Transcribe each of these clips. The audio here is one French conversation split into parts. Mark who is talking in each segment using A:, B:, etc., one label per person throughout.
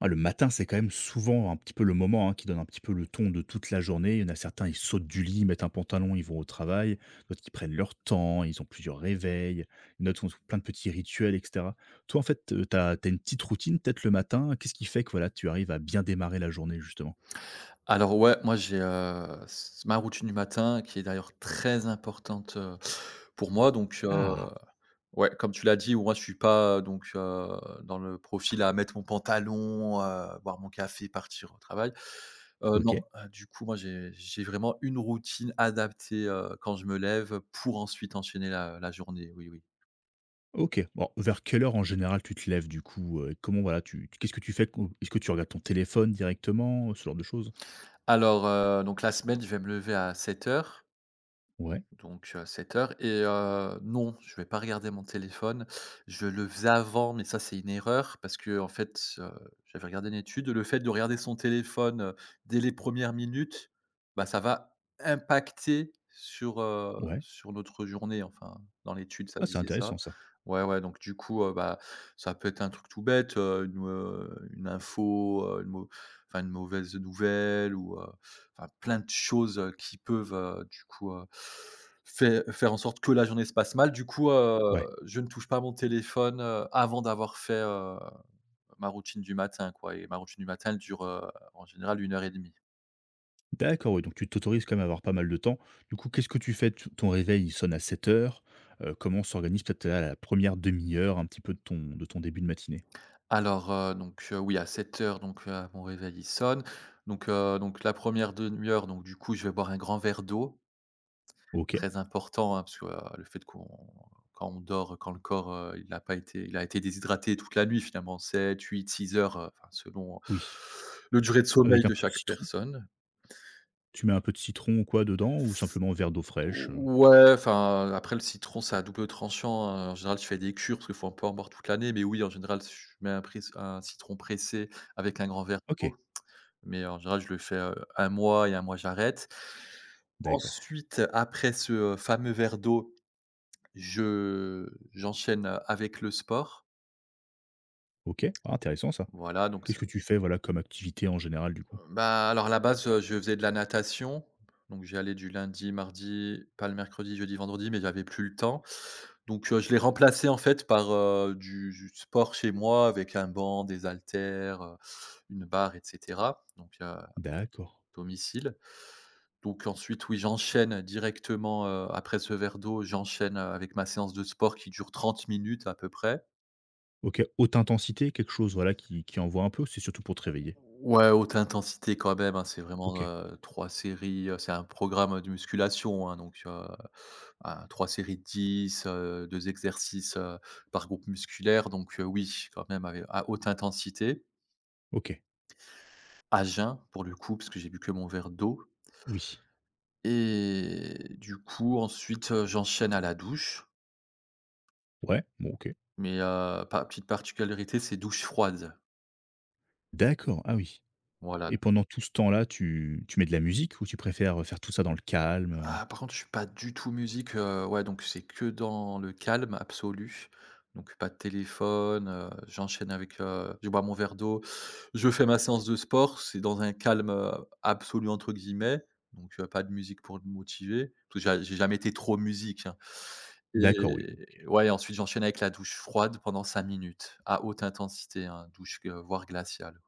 A: Ah, le matin, c'est quand même souvent un petit peu le moment, hein, qui donne un petit peu le ton de toute la journée. Il y en a certains, ils sautent du lit, mettent un pantalon, ils vont au travail. D'autres, ils prennent leur temps, ils ont plusieurs réveils. D'autres ont plein de petits rituels, etc. Toi, en fait, tu as, une petite routine, peut-être le matin. Qu'est-ce qui fait que voilà, tu arrives à bien démarrer la journée, justement?
B: Alors ouais, moi j'ai, s ma routine du matin qui est d'ailleurs très importante, pour moi. Donc
A: Ah,
B: ouais, comme tu l'as dit, moi je suis pas donc dans le profil à mettre mon pantalon, boire mon café, partir au travail.
A: Ok.
B: Non, du coup moi j'ai vraiment une routine adaptée, quand je me lève pour ensuite enchaîner la journée, oui, oui.
A: Ok. Bon, vers quelle heure en général tu te lèves du coup comment voilà, qu'est-ce que tu fais? Est-ce que tu regardes ton téléphone directement, ce genre de choses?
B: Alors, donc la semaine, je vais me lever à 7h.
A: Ouais,
B: Donc 7h. Et non, je vais pas regarder mon téléphone. Je le faisais avant, mais ça, c'est une erreur parce que en fait, j'avais regardé une étude. Le fait de regarder son téléphone, dès les premières minutes, bah, ça va impacter sur, heu,
A: ouais.
B: sur notre journée, enfin, dans l'étude, ça
A: Ah, c'est
B: disait
A: intéressant
B: ça.
A: ça.
B: Ouais, ouais, donc du coup, bah, ça peut être un truc tout bête, une info, une mau enfin, une mauvaise nouvelle, ou enfin plein de choses, qui peuvent, du coup, faire en sorte que la journée se passe mal. Du coup, je ne touche pas mon téléphone, avant d'avoir fait, ma routine du matin, quoi. Et ma routine du matin, elle dure, en général une heure et demie.
A: D'accord, oui, donc tu t'autorises quand même à avoir pas mal de temps. Du coup, qu'est-ce que tu fais? Tu ton réveil, il sonne à 7 h, comment s'organise peut-être la première demi-heure un petit peu de ton début de matinée?
B: Alors, donc, oui, à 7h, donc, mon réveil il sonne. Donc la première demi-heure, donc du coup, je vais boire un grand verre d'eau.
A: OK,
B: Très important, hein, parce que, le fait qu'on quand on dort, quand le corps, il a pas été il a été déshydraté toute la nuit, finalement, sept huit six heures, enfin selon
A: oui,
B: le durée de
A: avec
B: sommeil
A: un
B: de
A: peu de
B: chaque
A: citron?
B: personne.
A: Tu mets un peu de citron ou quoi dedans ou
B: S
A: simplement un verre d'eau fraîche?
B: Ouais, enfin, après le citron, c'est à double tranchant, hein. En général, je fais des cures parce qu'il faut pas en boire toute l'année, mais oui, en général, je mets un citron pressé avec un grand verre
A: OK,
B: d'eau, mais en général, je le fais, 1 mois, et un mois j'arrête.
A: d'accord.
B: Ensuite, après ce fameux verre d'eau, Je j'enchaîne avec le sport.
A: OK, ah intéressant ça.
B: Voilà, donc
A: Qu'est-ce
B: ça
A: que tu fais, voilà, comme activité en général, du coup?
B: bah, alors à la base, je faisais de la natation, donc j'y allais du lundi, mardi, pas le mercredi, jeudi, vendredi, mais j'avais plus le temps. Donc je l'ai remplacé en fait par, du sport chez moi avec un banc, des haltères, une barre et cetera, donc à
A: D'accord.
B: domicile. Donc ensuite, oui, j'enchaîne directement, après ce verre d'eau, j'enchaîne, avec ma séance de sport qui dure 30 minutes à peu près.
A: OK, haute intensité, quelque chose, voilà, qui envoie un peu c'est surtout pour te réveiller?
B: Ouais, haute intensité quand même, hein, c'est vraiment,
A: OK,
B: 3 séries, c'est un programme de musculation, hein, donc, un 3 séries de 10, 2 exercices, par groupe musculaire, donc, oui, quand même avec à haute intensité,
A: OK,
B: à jeun pour le coup, parce que j'ai bu que mon verre d'eau,
A: oui.
B: et du coup ensuite, j'enchaîne à la douche,
A: Ouais, bon OK.
B: mais, pa petite particularité, c'est douche froide.
A: D'accord, ah oui.
B: Voilà.
A: Et pendant tout ce temps-là, tu mets de la musique ou tu préfères, faire tout ça dans le calme?
B: Ah, par contre, je suis pas du tout musique, ouais, donc c'est que dans le calme absolu. Donc pas de téléphone, j'enchaîne avec, je bois mon verre d'eau, je fais ma séance de sport, c'est dans un «calme, absolu» entre guillemets, donc pas de musique pour me motiver, parce que j'ai jamais été trop musique, hein.
A: D'accord, oui,
B: Et ouais, ensuite j'enchaîne avec la douche froide pendant 5 minutes à haute intensité, hein, douche, voire glaciale.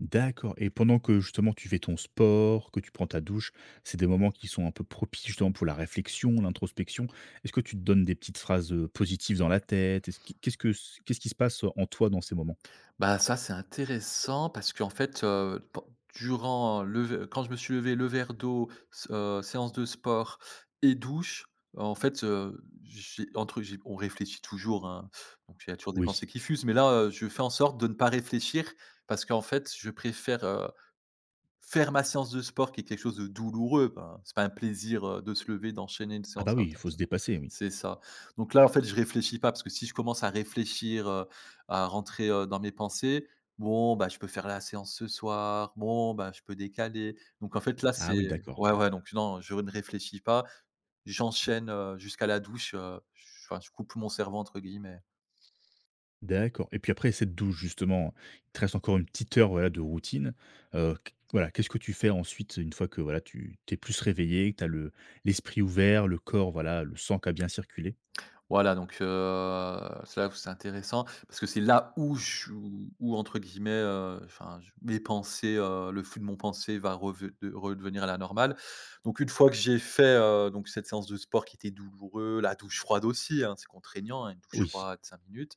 A: d'accord et pendant que justement tu fais ton sport, que tu prends ta douche, c'est des moments qui sont un peu propices justement pour la réflexion, l'introspection. Est-ce que tu te donnes des petites phrases, positives dans la tête? Est-ce qui qu'est-ce que qu'est-ce qui se passe en toi dans ces moments?
B: Bah, ça, c'est intéressant parce qu'en fait, pen durant le v quand je me suis levé, le verre d'eau, s séance de sport et douche, en fait, j'ai on réfléchit toujours, hein, donc il y a toujours des
A: Oui.
B: pensées qui fusent, mais là, je fais en sorte de ne pas réfléchir parce qu'en fait, je préfère faire ma séance de sport qui est quelque chose de douloureux. Ben, c'est pas un plaisir, de se lever, d'enchaîner une
A: Ah bah
B: séance à
A: oui, il
B: haute
A: faut se
B: intens
A: dépasser, oui.
B: c'est ça. Donc là, en fait, je réfléchis pas, parce que si je commence à réfléchir, à rentrer, dans mes pensées, bon, bah, je peux faire la séance ce soir, bon, bah, je peux décaler. Donc en fait, là,
A: Ah oui,
B: c'est
A: d'accord.
B: ouais, ouais, donc non, je ne réfléchis pas. J'enchaîne, jusqu'à la douche, j enfin, «je coupe mon cerveau» entre guillemets.
A: D'accord et puis après cette douche justement, il te reste encore une petite heure, voilà, de routine, q voilà, qu'est-ce que tu fais ensuite une fois que, voilà, tu t'es plus réveillé, que tu as le l'esprit ouvert, le corps, voilà, le sang qui a bien circulé?
B: Voilà, donc c'est là où c'est intéressant, parce que c'est là où je où où entre guillemets, enfin je mes pensées, le flux de mon pensée va reve de redevenir à la normale. Donc une fois que j'ai fait, donc cette séance de sport qui était douloureux, la douche froide aussi, hein, c'est contraignant, hein, une douche
A: Oui,
B: froide, 5 minutes.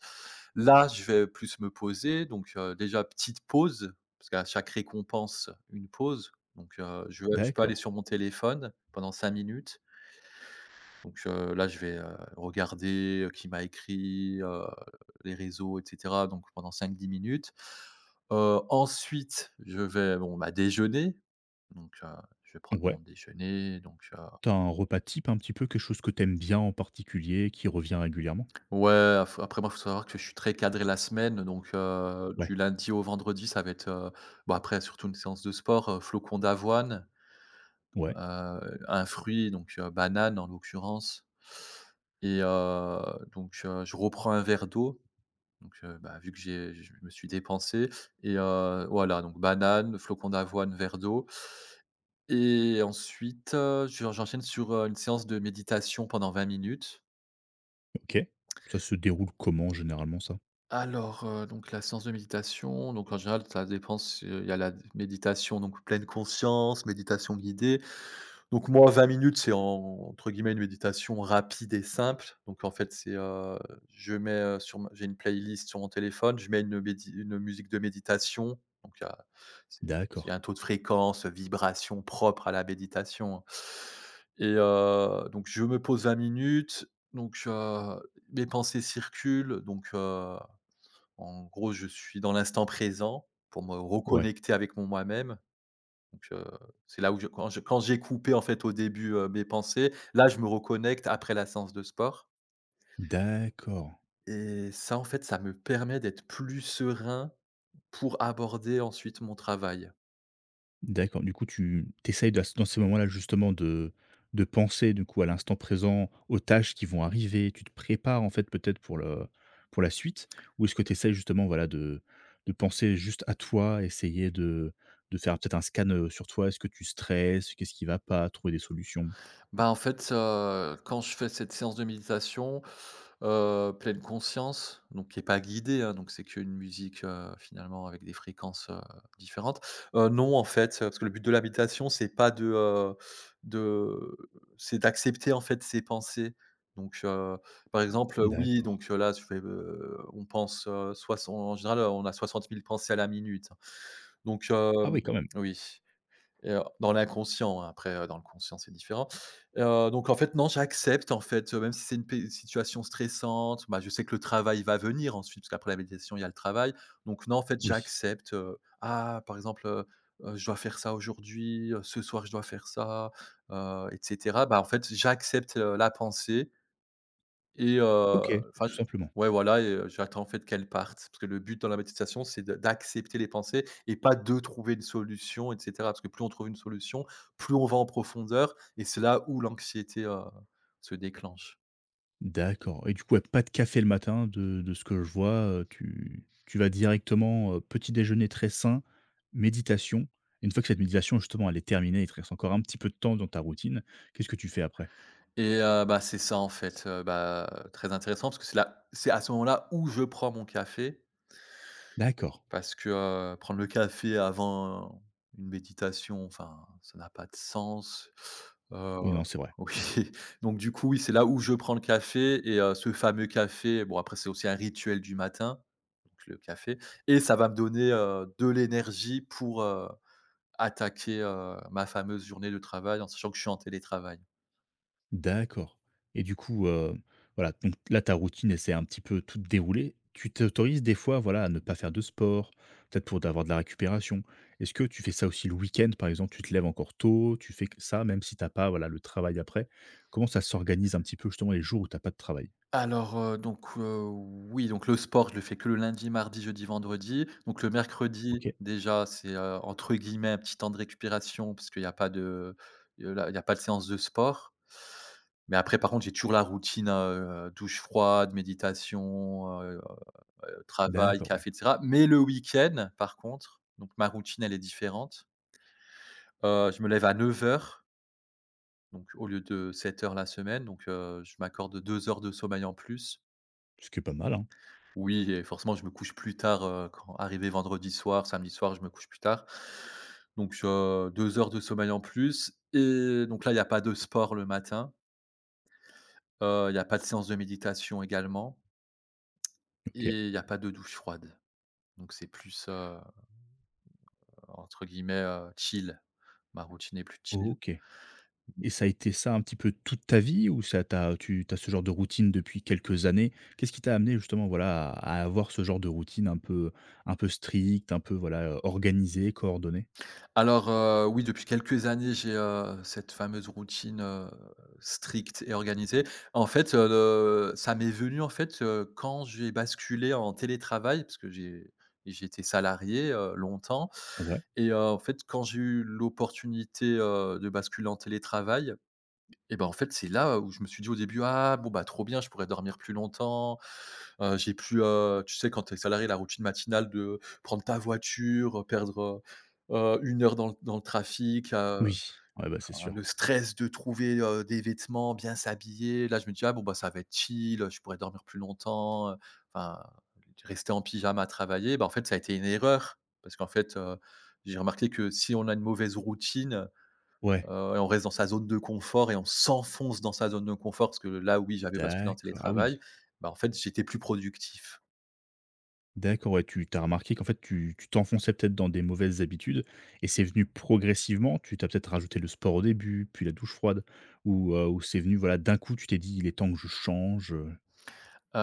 B: Là, je vais plus me poser, donc déjà petite pause, parce qu'à chaque récompense, une pause. Donc je peux aller
A: d'accord.
B: sur mon téléphone pendant 5 minutes. Donc là, je vais, regarder, qui m'a écrit, les réseaux et cetera, donc pendant cinq dix minutes. Ensuite, je vais bon, bah, déjeuner, donc je vais prendre
A: Ouais.
B: mon déjeuner. Donc
A: Tu as un repas type un petit peu, quelque chose que tu aimes bien en particulier, qui revient régulièrement?
B: ouais, faut après moi, il faut savoir que je suis très cadré la semaine, donc
A: Ouais,
B: du lundi au vendredi, ça va être, bon, après surtout une séance de sport, flocons d'avoine,
A: ouais,
B: un fruit, donc banane en l'occurrence. Et donc je reprends un verre d'eau. Donc, bah, vu que j'ai je me suis dépensé, et voilà, donc banane, flocon d'avoine, verre d'eau, et ensuite, je j'enchaîne sur, une séance de méditation pendant 20 minutes.
A: OK. Ça se déroule comment généralement ça?
B: Alors, donc la séance de méditation, donc en général, ça dépend, c'est il y a la méditation donc pleine conscience, méditation guidée. Donc moi, 20 minutes, c'est en entre guillemets une méditation rapide et simple. Donc en fait, c'est, je mets, sur ma j'ai une playlist sur mon téléphone, je mets une musique de méditation. Donc il y a c'est
A: D'accord.
B: un taux de fréquence, vibration propre à la méditation, hein. Et donc je me pose 20 minutes, donc mes pensées circulent, donc en gros, je suis dans l'instant présent pour me
A: Ouais.
B: reconnecter avec mon moi-même. Donc c'est là où je quand j'ai coupé en fait au début, mes pensées, là je me reconnecte après la séance de sport,
A: D'accord.
B: et ça en fait, ça me permet d'être plus serein pour aborder ensuite mon travail.
A: D'accord, du coup tu essayes dans ces moments-là justement de penser du coup à l'instant présent, aux tâches qui vont arriver, tu te prépares en fait peut-être pour la suite? Ou est-ce que tu essaies justement voilà de penser juste à toi, essayer de faire peut-être un scan, sur toi? Est-ce que tu stresses? Qu'est-ce qui va pas? Trouver des solutions?
B: Bah, en fait, quand je fais cette séance de méditation pleine conscience, donc qui est pas guidée, hein, donc c'est qu'une musique, finalement avec des fréquences, différentes. Non, en fait, parce que le but de la méditation, c'est pas de, de c'est d'accepter, en fait, ses pensées. Donc, par exemple, oui,
A: D'accord.
B: donc, là, on pense, soix en général, on a 60 000 pensées à la minute. Donc,
A: Ah
B: hem
A: oui quand même.
B: oui. Et dans l'inconscient, hein, après, dans le conscient, c'est différent. Donc en fait, non, j'accepte en fait, même si c'est une p situation stressante, bah, je sais que le travail va venir ensuite, parce qu'après la méditation, il y a le travail. Donc non, en fait,
A: Oui.
B: j'accepte, ah, par exemple, je dois faire ça aujourd'hui, ce soir, je dois faire ça, et cetera. Bah, en fait, j'accepte, la pensée. Et
A: OK,
B: enfin
A: tout
B: je
A: simplement.
B: ouais voilà. Et j'attends en fait qu'elles partent, parce que le but dans la méditation, c'est de d'accepter les pensées et pas de trouver une solution et cetera. Parce que plus on trouve une solution, plus on va en profondeur, et c'est là où l'anxiété, se déclenche.
A: D'accord et du coup, ouais, pas de café le matin de ce que je vois, tu vas directement, petit déjeuner très sain, méditation et une fois que cette méditation justement elle est terminée, il te reste encore un petit peu de temps dans ta routine, qu'est-ce que tu fais après?
B: Et bah, c'est ça en fait, bah, très intéressant parce que c'est à ce moment-là où je prends mon café.
A: D'accord,
B: Parce que, prendre le café avant une méditation, enfin, ça n'a pas de sens. Heu,
A: oui, non, c'est vrai, oui.
B: oui, donc du coup, oui, c'est là où je prends le café. Et ce fameux café, bon, après, c'est aussi un rituel du matin, donc le café, et ça va me donner, de l'énergie pour, attaquer, ma fameuse journée de travail, en sachant que je suis en télétravail.
A: D'accord et du coup, voilà, donc là, ta routine, elle s'est un petit peu toute déroulée. Tu t'autorises des fois, voilà, à ne pas faire de sport, peut-être pour d'avoir de la récupération. Est-ce que tu fais ça aussi le week-end, par exemple? Tu te lèves encore tôt, tu fais que ça, même si t'as pas, voilà, le travail après? Comment ça s'organise un petit peu, justement, les jours où t'as pas de travail?
B: Alors, donc, oui, donc le sport, je le fais que le lundi, mardi, jeudi, vendredi. Donc le
A: OK,
B: mercredi, déjà, c'est, entre guillemets, «un petit temps de récupération», parce qu'il y a pas de il y a pas de séance de sport. Mais après, par contre, j'ai toujours la routine, douche froide, méditation, travail,
A: d'accord, ouais,
B: café et cetera. Mais le week-end, par contre, donc ma routine, elle est différente. Je me lève à 9h, donc au lieu de 7h la semaine. Je m'accorde 2 heures de sommeil en plus.
A: ce qui est pas mal, hein.
B: Oui, et forcément, je me couche plus tard, quand arrivé vendredi soir, samedi soir, je me couche plus tard. 2 heures de sommeil en plus, et donc là, il n'y a pas de sport le matin, il n'y a pas de séance de méditation également,
A: OK.
B: et il n'y a pas de douche froide. Donc c'est plus, entre guillemets, chill. Ma routine est plus chill.
A: OK. Et ça a été ça un petit peu toute ta vie ou ça t'a tu as ce genre de routine depuis quelques années? Qu'est-ce qui t'a amené justement, voilà, à avoir ce genre de routine un peu stricte, un peu, voilà, organisée, coordonnée?
B: Oui, depuis quelques années, j'ai, cette fameuse routine, stricte et organisée. En fait, le ça m'est venu, en fait, quand j'ai basculé en télétravail, parce que j'ai été salarié, longtemps.
A: Ouais.
B: Et en fait, quand j'ai eu l'opportunité, de basculer en télétravail, et ben en fait, c'est là où je me suis dit au début: «Ah bon, bah, trop bien, je pourrais dormir plus longtemps, j'ai plus» tu sais, quand t'es salarié, la routine matinale de prendre ta voiture, perdre, 1 heure dans le trafic,
A: Oui. Ouais, bah, c'est
B: enfin
A: sûr.
B: le stress de trouver, des vêtements, bien s'habiller. Là, je me dis: «Ah bon, bah, ça va être chill, je pourrais dormir plus longtemps, enfin rester en pyjama à travailler». Ben en fait, ça a été une erreur parce qu'en fait, j'ai remarqué que si on a une mauvaise routine,
A: Ouais.
B: Et on reste dans sa zone de confort et on s'enfonce dans sa zone de confort parce que là, oui, j'avais basculé en
A: D'accord. Ah
B: télétravail.
A: oui.
B: Bah, en fait, j'étais plus productif.
A: D'accord, ouais, tu t'as remarqué qu'en fait tu t'enfonçais peut-être dans des mauvaises habitudes et c'est venu progressivement? Tu t'as peut-être rajouté le sport au début, puis la douche froide ou c'est venu, voilà, d'un coup tu t'es dit: «Il est temps que je change»?
B: Heu,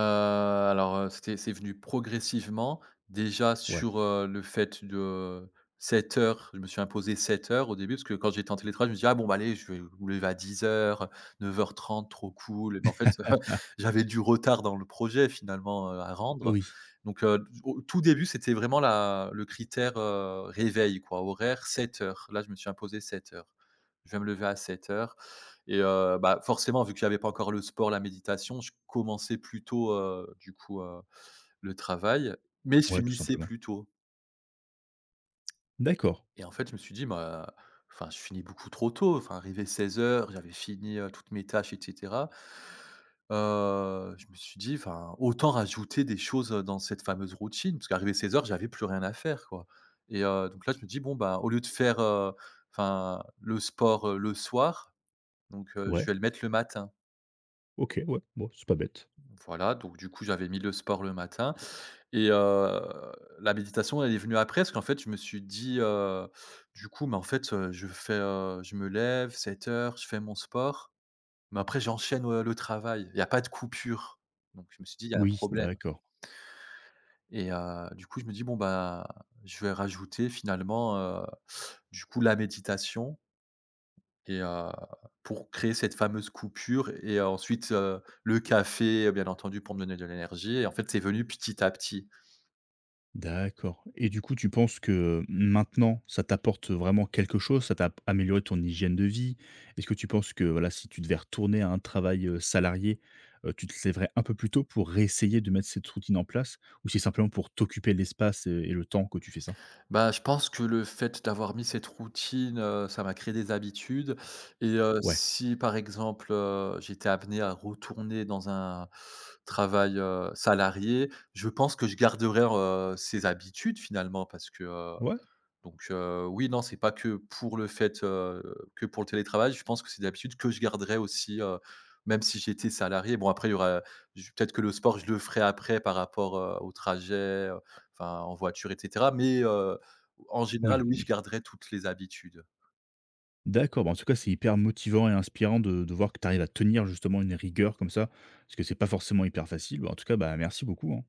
B: alors, heu, C'est venu progressivement. Déjà
A: Ouais.
B: sur, le fait de 7h, je me suis imposé 7h au début, parce que quand j'étais en télétravail, je me disais: «Ah bon, bah, allez, je vais me lever à 10h, 9h30, trop cool», mais en fait, j'avais du retard dans le projet finalement, à rendre.
A: Oui.
B: Donc, au tout début, c'était vraiment la le critère, réveil quoi, horaire 7h. Là, je me suis imposé 7h. Je vais me lever à 7h. Et bah, forcément, vu que j'avais pas encore le sport, la méditation, je commençais plutôt du coup, le travail, mais je
A: Ouais, tout
B: finissais
A: simplement.
B: plus tôt.
A: D'accord.
B: Et en fait, je me suis dit: «Bah, enfin, je finis beaucoup trop tôt». Enfin, arrivé 16:00, j'avais fini, toutes mes tâches et cetera. Je me suis dit: «Enfin, autant rajouter des choses, dans cette fameuse routine», parce qu'arrivé 16:00, j'avais plus rien à faire, quoi. Et donc là, je me dis: «Bon, bah, au lieu de faire, enfin, le sport, le soir, donc je
A: Ouais,
B: vais le mettre le matin».
A: OK, ouais, bon, c'est pas bête.
B: Voilà, donc du coup, j'avais mis le sport le matin, et la méditation, elle est venue après parce qu'en fait, je me suis dit, du coup, mais en fait, je fais, je me lève 7h, je fais mon sport, mais après j'enchaîne, le travail. Il y a pas de coupure. Donc je me suis dit: «Il y a un
A: Oui,
B: problème»,
A: d'accord,
B: et du coup, je me dis: «Bon, bah, je vais rajouter finalement, du coup, la méditation». Et pour créer cette fameuse coupure, et ensuite, le café, bien entendu, pour me donner de l'énergie, et en fait, c'est venu petit à petit.
A: d'accord et du coup, tu penses que maintenant, ça t'apporte vraiment quelque chose? Ça t'a amélioré ton hygiène de vie? Est-ce que tu penses que, voilà, si tu devais retourner à un travail, salarié, tu te lèverais un peu plus tôt pour réessayer de mettre cette routine en place? Ou c'est simplement pour t'occuper l'espace, et le temps que tu fais ça?
B: Bah, je pense que le fait d'avoir mis cette routine, ça m'a créé des habitudes, et
A: Ouais,
B: si par exemple, j'étais amené à retourner dans un travail, salarié, je pense que je garderais, ces habitudes finalement, parce que,
A: ouais,
B: donc oui, non, c'est pas que pour le fait, que pour le télétravail. Je pense que c'est des habitudes que je garderai aussi, même si j'étais salarié. Bon, après il y aura j peut-être que le sport je le ferai après par rapport, au trajet, enfin en voiture et cetera. Mais en général,
A: oui,
B: oui, je
A: oui.
B: garderai toutes les habitudes.
A: D'accord, bah, en tout cas, c'est hyper motivant et inspirant de voir que tu arrives à tenir justement une rigueur comme ça, parce que c'est pas forcément hyper facile. Bah, en tout cas, bah, merci beaucoup, hein.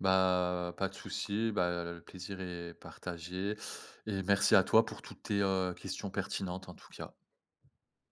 B: Bah, pas de souci, bah, le plaisir est partagé, et merci à toi pour toutes tes, questions pertinentes en tout cas.